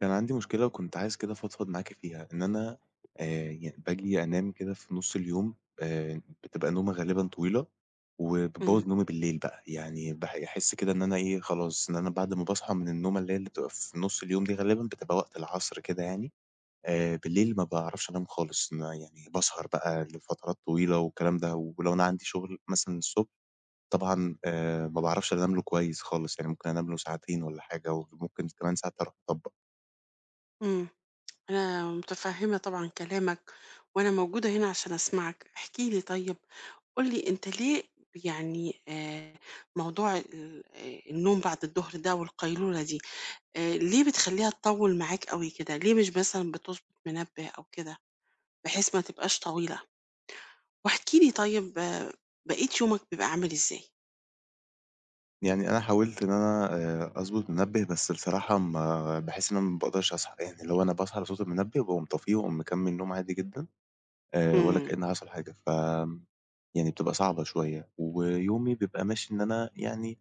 كان عندي مشكلة وكنت عايز كده أفضفض معاكِ فيها، إن أنا ي باجي أنام كده في نُص اليوم. بتبقى نومة غالبًا طويلة، إمم، وبتبوّظ نومي بالليل بقى، يعني أحس كده إن أنا إيه خلاص، إن أنا بعد ما باصحى من النومة اللي هي اللي بتبقى في نُص اليوم دي غالبًا بتبقى وقت العصر كده يعني. بالليل ما باعرفش أنام خالص، إن أنا يعني باسهر بقى لفترات طويلة والكلام ده، ولو أنا عندي شغل مثلًا الصبح طبعًا ما باعرفش أنام له كويس خالص، يعني ممكن أنام له ساعتين والّا حاجة، وممكن كمان ساعات أروح أطبّق. إمم، أنا متفهمة طبعًا كلامك، وأنا موجودة هنا عشان أسمعك، احكِ لي طيب، قُل لي أنت ليه يعني موضوع ال النوم بعد الضهر ده والقيلولة دي، ليه بتخلّيها تطوّل معاك أوي كده؟ ليه مش مثلًا بتضبط منبه أو كده، بحيث ما تبقاش طويلة؟ واحكِ لي طيب آه، بقية يومك بيبقى عامل إزاي؟ يعني أنا حاولت إن أنا أضبط منبه، بس بصراحة ما باحس إن أنا ما باقدرش أصحى، يعني اللي هو أنا باصحى لصوت المنبه وباقوم طافيه وأقوم مكمّل نوم عادي جدًا ولا إمم، كإن حصل حاجة، ف آمم يعني بتبقى صعبة شوية، ويومي بيبقى ماشي إن أنا يعني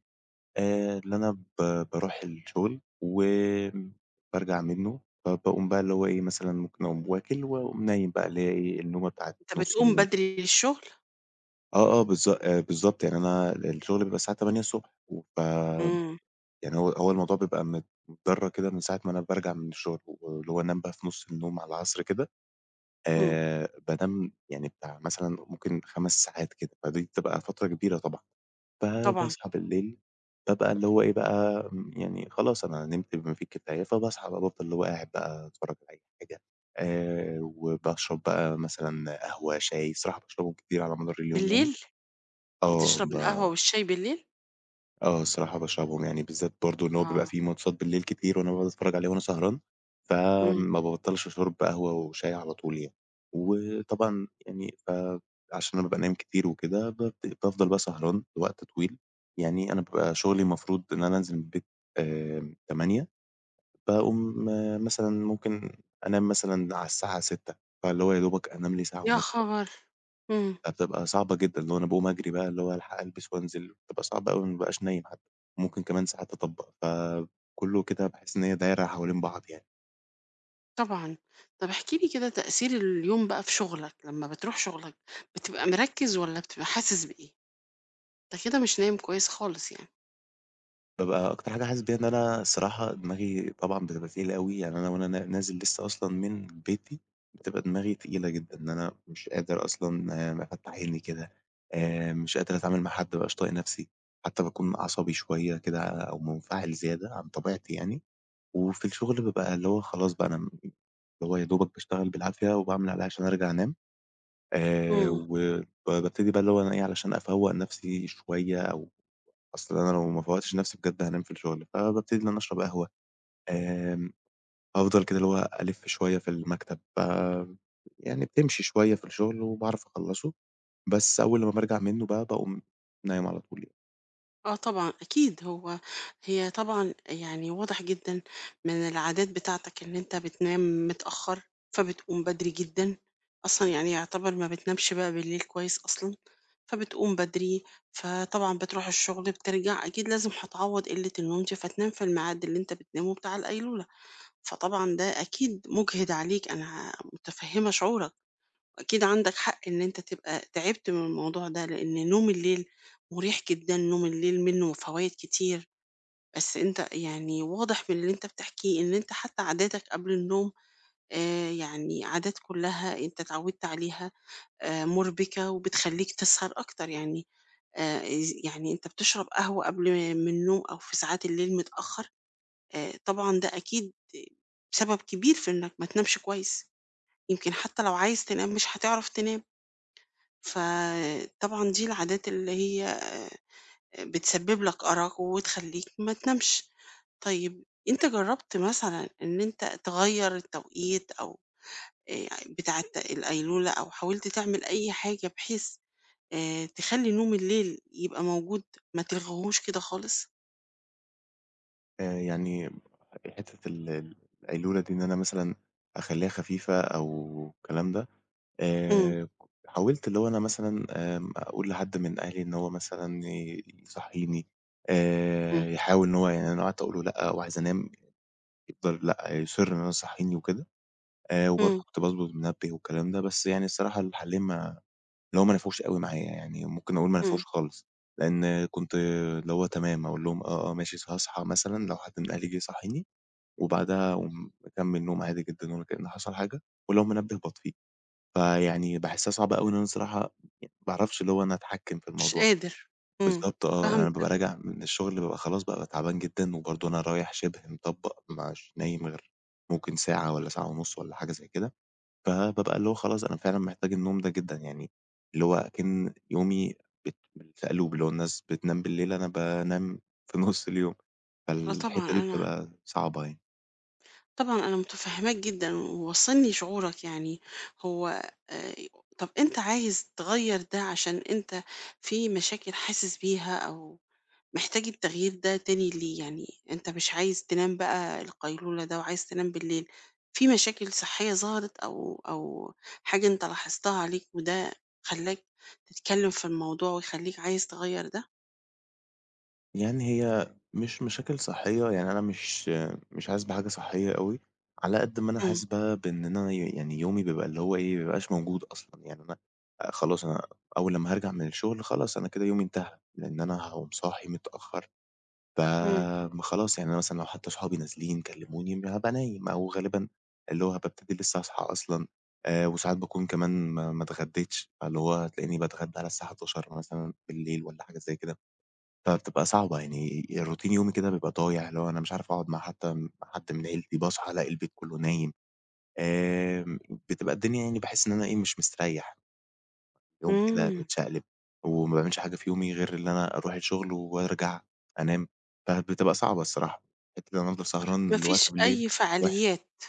اللي أنا ب باروح الشغل وآمم بارجع منّه، فباقوم بقى اللي هو إيه، مثلًا ممكن أقوم واكل وأقوم نايم بقى اللي هي إيه، النومة بتاعة أنت نُص بتقوم اليوم. بدري للشغل؟ آه، آه بالضبط، يعني أنا الشغل بيبقى الساعة 08:00 ص. ف إمم، يعني هو الموضوع بيبقى متدرّج كده من ساعة ما أنا بارجع من الشغل، واللي هو أنام بقى في نُص النوم على العصر كده. إمم، بانام يعني بتاع مثلًا ممكن 5 ساعات كده، فدي بتبقى فترة كبيرة طبعًا. طبعًا، فباصحى بالليل، بابقى اللي هو إيه بقى، يعني خلاص أنا نمت بما فيه الكفاية، فباصحى بقى بافضل اللي هو قاعد بقى أتفرّج على أي حاجة، وباشرب بقى مثلًا قهوة، شاي، الصراحة باشربهم كتير على مدار اليوم يعني. بالليل؟ آه، بتشرب ب القهوة والشاي بالليل؟ آه، الصراحة باشربهم، يعني بالذات برضه إن هو بيبقى آه، في ماتشات بالليل كتير وأنا باقعد أتفرّج عليها وأنا سهران، إمم. فما بابطّلش شُرب قهوة وشاي على طول يعني. وطبعًا يعني عشان أنا بابقى نايم كتير وكده بافضل بقى سهران لوقت طويل، يعني أنا بابقى شُغلي المفروض إن أنا أنزل من البيت آمم 08:00، باقوم مثلًا ممكن أنام مثلًا على الساعة 18:00، فاللي هو يا دوبك أنام لي ساعة يا ونُص. خبر! إمم، فبتبقى صعبة جدًا، اللي هو أنا باقوم أجري بقى اللي هو ألحق ألبس وأنزل، بتبقى صعبة أوي ما بابقاش نايم حتى، ممكن كمان ساعات أطبّق، فكُلّه كده باحس إن هي دايرة حوالين بعض يعني. طبعًا. طب احكِ لي كده تأثير اليوم بقى في شغلك، لمّا بتروح شغلك بتبقى مركّز والّا بتبقى حاسس بإيه؟ أنت كده مش نايم كويس خالص يعني. بابقى أكتر حاجة حاسس بيها إن أنا الصراحة دماغي طبعًا بتبقى تقيلة أوي، يعني أنا وأنا نازل لسه أصلًا من بيتي، بتبقى دماغي تقيلة جدًا، إن أنا مش قادر أصلًا أفتح عيني كده، مش قادر أتعامل مع حد، ما بابقاش طايق نَفْسي، حتى باكون عصبي شوية كده أو منفعل زيادة عن طبيعتي يعني. وفي الشغل بابقى اللي هو خلاص بقى أنا م اللي هو يا دوبك باشتغل بالعافية وباعمل اللي عليّا عشان أرجع أنام. إمم. وب بابتدي بقى اللي هو أنا إيه، علشان أفوّق نفسي شوية أو أصل أنا لو ما فوّقتش نفسي بجد هانام في الشغل، فبابتدي إن أنا أشرب قهوة، آمم أفضل كده اللي هو ألِف شوية في المكتب. يعني بتمشي شوية في الشغل وباعرف أخلّصه، بس أول لمّا بارجع منه بقى باقوم نايم على طول يعني. آه طبعًا أكيد هي طبعًا يعني واضح جدًا من العادات بتاعتك إن أنت بتنام متأخر، فبتقوم بدري جدًا، أصلًا يعني يعتبر ما بتنامش بقى بالليل كويس أصلًا، فبتقوم بدري، فطبعًا بتروح الشغل بترجع أكيد لازم هتعوض قلة النوم دي، فتنام في الميعاد اللي أنت بتنامه بتاع القيلولة، فطبعًا ده أكيد مجهد عليك أنا متفهمة شعورك. أكيد عندك حق إن أنت تبقى تعبت من الموضوع ده لأن نوم الليل مريح جدا نوم الليل منه فوائد كتير، بس أنت يعني واضح من اللي أنت بتحكيه إن أنت حتى عاداتك قبل النوم آه يعني عادات كلها أنت اتعودت عليها، آه مربكة وبتخليك تسهر أكتر يعني، يعني أنت بتشرب قهوة قبل من النوم أو في ساعات الليل متأخر، آه طبعا ده أكيد سبب كبير في إنك ما تنامش كويس، يمكن حتى لو عايز تنام مش هتعرف تنام، فطبعًا دي العادات اللي هي آه، بتسبب لك أرق وتخلّيك ما تنامش. طيب أنت جرّبت مثلًا إن أنت تغيّر التوقيت أو آآ بتاع الت القيلولة أو حاولت تعمل أي حاجة بحيث تخلّي نوم الليل يبقى موجود، ما تلغيهوش كده خالص؟ يعني حتّة ال ال القيلولة دي إن أنا مثلًا أخلّيها خفيفة أو الكلام ده. إمم، آآ حاولت اللي هو أنا مثلًا أقول لحد من أهلي إن هو مثلًا يصحّيني، إمم، يحاول إن هو، يعني أنا قعدت أقول له لأ وعايز أنام، يفضل لأ، يُصِر إن هو يصحّيني وكده. وبرضه إمم، كنت باضبط منبه والكلام ده، بس يعني الصراحة الحلّين، ما اللي هو ما نفعوش أوي معايا، يعني ممكن أقول ما إمم، نفعوش خالص، لإن كنت اللي هو تمام أقول لهم آه، آه، ماشي هاصحى مثلًا لو حد من أهلي جه يصحّيني، وبعدها أقوم مكمّل نوم عادي جدًا ولا كإن حصل حاجة، ولو منبه باطفيه. فيعني باحسّها صعبة أوي إن أنا الصراحة ما باعرفش اللي هو أنا أتحكّم في مش الموضوع. قادر. إمم، بالضبط آه. يعني أنا بابقى فهمتك. راجع من الشغل، بابقى خلاص بابقى تعبان جدًا وبرضه أنا رايح شِبه مطبّق مش نايم غير ممكن ساعة والّا ساعة ونُص والّا حاجة زي كده، فبابقى اللي هو خلاص أنا فعلًا محتاج النوم ده جدًا يعني، اللي هو أكِن يومي بالتقلُب، اللي هو الناس بتنام بالليل أنا بانام في نُص اليوم، آه طبعًا فالحتّة دي أنا بتبقى صعبة يعني. طبعًا أنا متفهّماك جدًا، وواصلني شعورك يعني هو آآ، طَب أنت عايز تغيّر ده عشان أنت في مشاكل حاسس بيها أو محتاج التغيير ده تاني ليه؟ يعني أنت مش عايز تنام بقى القيلولة ده وعايز تنام بالليل، في مشاكل صحية ظهرت أو حاجة أنت لاحظتها عليك وده خلّاك تتكلّم في الموضوع ويخلّيك عايز تغيّر ده؟ يعني هي مش مشاكل صحية، يعني أنا مش حاسس بحاجة صحية أوي، على قد ما أنا إمم، حاسس بقى بإن أنا يعني يومي بيبقى اللي هو إيه، ما بيبقاش موجود أصلًا، يعني أنا خلاص أنا أول لمّا هارجع من الشغل خلاص أنا كده يومي انتهى، لإن أنا هاقوم صاحي متأخر. ف إمم، ما خلاص يعني أنا مثلًا لو حتى صحابي نازلين كلموني هابقى نايم، أو غالبًا اللي هو هابقى ابتدي لسه أصحى أصلًا. وساعات باكون كمان ما اتغديتش، فاللي هو هتلاقيني باتغدى على الساعة 23:00 مثلًا بالليل والّا حاجة زي كده. فبتبقى صعبة يعني روتين يومي كده بيبقى ضايع، اللي هو أنا مش عارف أقعد مع حتى حد من عيلتي، باصحى ألاقي البيت كله نايم. آمم، بتبقى الدنيا يعني باحس إن أنا إيه، مش مستريّح، يوم كده إمم، متشقلب، وما باعملش حاجة في يومي غير اللي أنا أروح الشغل وأرجع أنام، فبتبقى صعبة الصراحة، حتّة إن أنا أفضل ما سهران فيش لوقت بالليل أي وِحِش. فعاليات،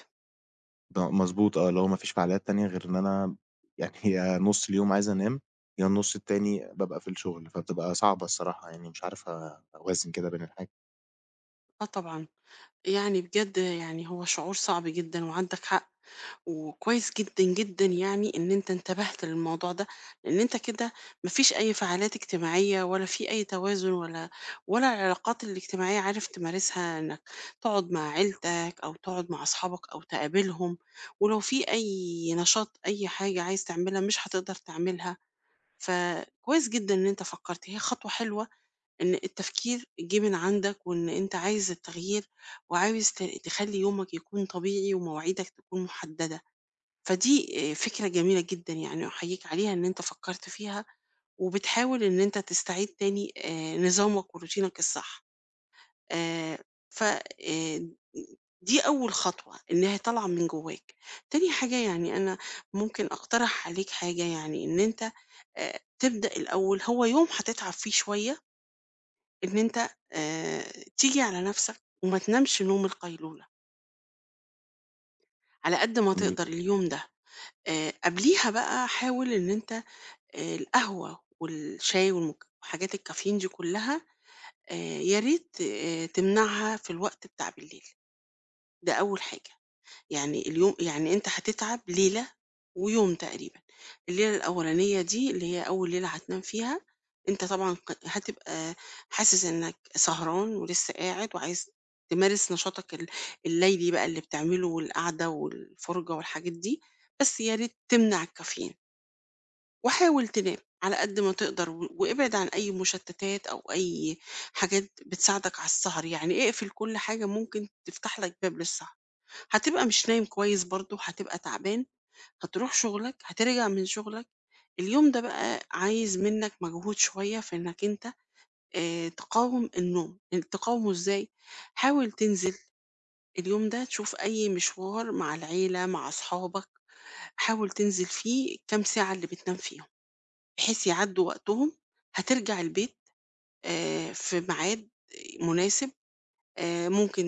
ده مضبوط آه، اللي هو ما فيش فعاليات تانية غير إن أنا يعني يا نُص اليوم عايز أنام، يا النُص التاني بابقى في الشغل، فبتبقى صعبة الصراحة يعني مش عارف أوازن كده بين الحاجة. آه طبعًا. يعني بجد يعني هو شعور صعب جدًا وعندك حق، وكويس جدًا، جدًا يعني إن أنت انتبهت للموضوع ده، لإن أنت كده ما فيش أي فعاليات اجتماعية ولا في أي توازن ولا العلاقات الاجتماعية عارف تمارسها إنك تقعد مع عيلتك أو تقعد مع أصحابك أو تقابلهم، ولو في أي نشاط أي حاجة عايز تعملها مش هتقدر تعملها، فكويس جدًا إن أنت فكرت، هي خطوة حلوة إن التفكير جه من عندك وإن أنت عايز التغيير وعاوز تخلّي يومك يكون طبيعي ومواعيدك تكون محددة، فدي فكرة جميلة جدًا يعني أحييك عليها إن أنت فكرت فيها، وبتحاول إن أنت تستعيد تاني نظامك وروتينك الصح. آآ ف دي أول خطوة إنها طالعة من جواك. تاني حاجة يعني أنا ممكن أقترح عليك حاجة يعني إن أنت تبدأ الأول هو يوم هتتعب فيه شوية إن أنت آآ تيجي على نَفْسك وما تنامش نوم القيلولة، على قد ما تقدر اليوم ده، قبليها بقى حاول إن أنت القهوة والشاي والمك وحاجات الcaffeine دي كلّها، آآ يا ريت تمنعها في الوقت بتاع بالليل، ده أول حاجة. يعني اليوم يعني أنت هتتعب ليلة ويوم تقريبًا، الليلة الأولانية دي اللي هي أول ليلة هتنام فيها، أنت طبعًا هتبقى حاسس إنك سهران ولسه قاعد وعايز تمارس نشاطك الليلي بقى اللي بتعمله والقعدة والفرجة والحاجات دي، بس يا ريت تمنع الكافيين، وحاول تنام على قد ما تقدر و وابعد عن أي مشتتات أو أي حاجات بتساعدك على السهر، يعني اقفل كل حاجة ممكن تفتح لك باب للسهر. هتبقى مش نايم كويس برضه، هتبقى تعبان، هتروح شغلك، هترجع من شغلك، اليوم ده بقى عايز منك مجهود شوية في إنك أنت تقاوم النوم، يعني تقاومه إزاي؟ حاول تنزل اليوم ده تشوف أي مشوار مع العيلة، مع أصحابك، حاول تنزل فيه الكام ساعة اللي بتنام فيهم، بحيث يعدّوا وقتهم، هترجع البيت في ميعاد مناسب. ممكن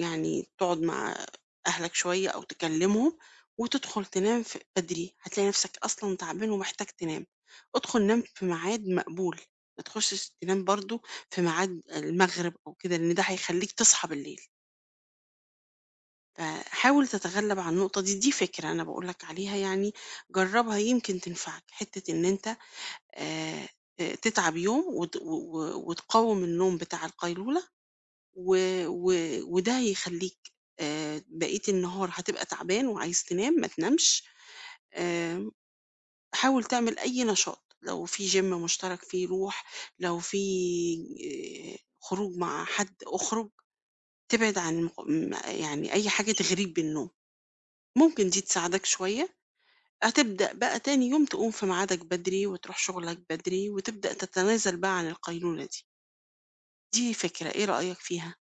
يعني تقعد مع أهلك شوية أو تكلمهم وتدخل تنام ف بدري، هتلاقي نفسك أصلًا تعبان ومحتاج تنام، ادخل نام في ميعاد مقبول، ما تخشش تنام برضه في ميعاد المغرب أو كده، لإن ده هيخلّيك تصحى بالليل، فحاول تتغلب على النقطة دي، دي فكرة أنا باقول لك عليها يعني جرّبها يمكن تنفعك، حتة إن أنت آآ تتعب يوم وت و و وتقاوم النوم بتاع القيلولة و و وده هيخلّيك بقية النهار هتبقى تعبان وعايز تنام ما تنامش، آآ حاول تعمل أي نشاط، لو في gym مشترك فيه روح، لو في خروج مع حد اخرج، تبعد عن مق م يعني أي حاجة تغريك بالنوم، ممكن دي تساعدك شوية، هتبدأ بقى تاني يوم تقوم في ميعادك بدري وتروح شغلك بدري وتبدأ تتنازل بقى عن القيلولة دي، دي فكرة، إيه رأيك فيها؟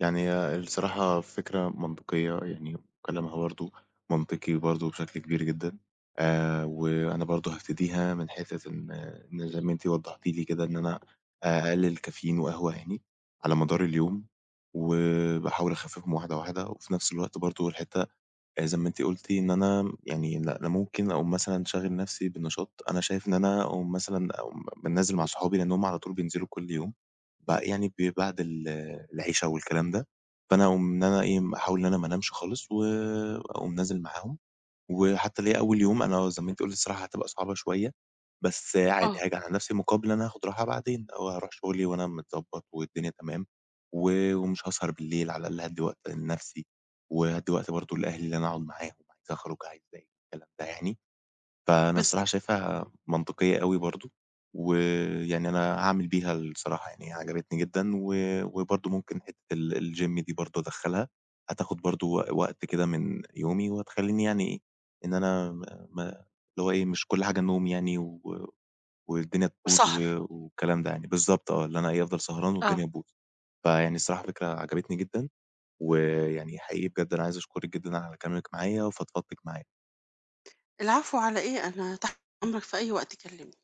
يعني هي الصراحة فكرة منطقية، يعني كلامها برضه منطقي برضه بشكل كبير جدًا. وأنا برضه هابتديها من حتة إن زي ما أنتِ وضحتِ لي كده إن أنا أقلل كافيين وقهوة يعني على مدار اليوم، وباحاول أخفّفهم واحدة، واحدة، وفي نفس الوقت برضه الحتة زي ما أنتِ قُلتِ إن أنا يعني لأ، أنا ممكن أقوم مثلًا شاغل نفسي بنشاط، أنا شايف إن أنا أقوم مثلًا أقوم ب نازل مع صحابي لإن هُم على طول بينزلوا كل يوم. ب يعني ب بعد العِشا والكلام ده، فأنا أقوم إن أنا إيه، أحاول إن أنا ما انامش خالص وأقوم نازل معاهم، وحتى ليّا أول يوم أنا زي ما أنتِ قُلتِ الصراحة هتبقى صعبة شوية، بس عادي آه، هاجي على نفسي مقابل إن أنا هاخد راحة بعدين، أو هاروح شغلي وأنا متضبط والدنيا تمام، ومش هاسهر بالليل على الأقل هادّي وقت لنفسي، وهادّي وقت برضه لأهلي اللي أنا أقعد معاهم، عايز أخرج عايز أضايق الكلام ده يعني، فأنا الصراحة بالضبط، شايفها منطقية أوي برضه، ويعني أنا هاعمل بيها الصراحة يعني عجبتني جدًا، وبرضه ممكن حتة الGym دي برضه أدخّلها، هتاخد برضه وقت كده من يومي، وهتخلّيني يعني إيه، إن أنا م ما اللي هو إيه مش كل حاجة نوم يعني والدنيا تبوظ وسهر، والكلام ده يعني، بالضبط آه، اللي أنا إيه، أفضل سهران آه. والدنيا تبوظ. فيعني الصراحة فكرة عجبتني جدًا، ويعني حقيقي بجد أنا عايز أشكرِك جدًا على كلامِك معايا وفضفضتِك معايا. العفو على إيه، أنا تحت أمرك في أي وقت كلمني.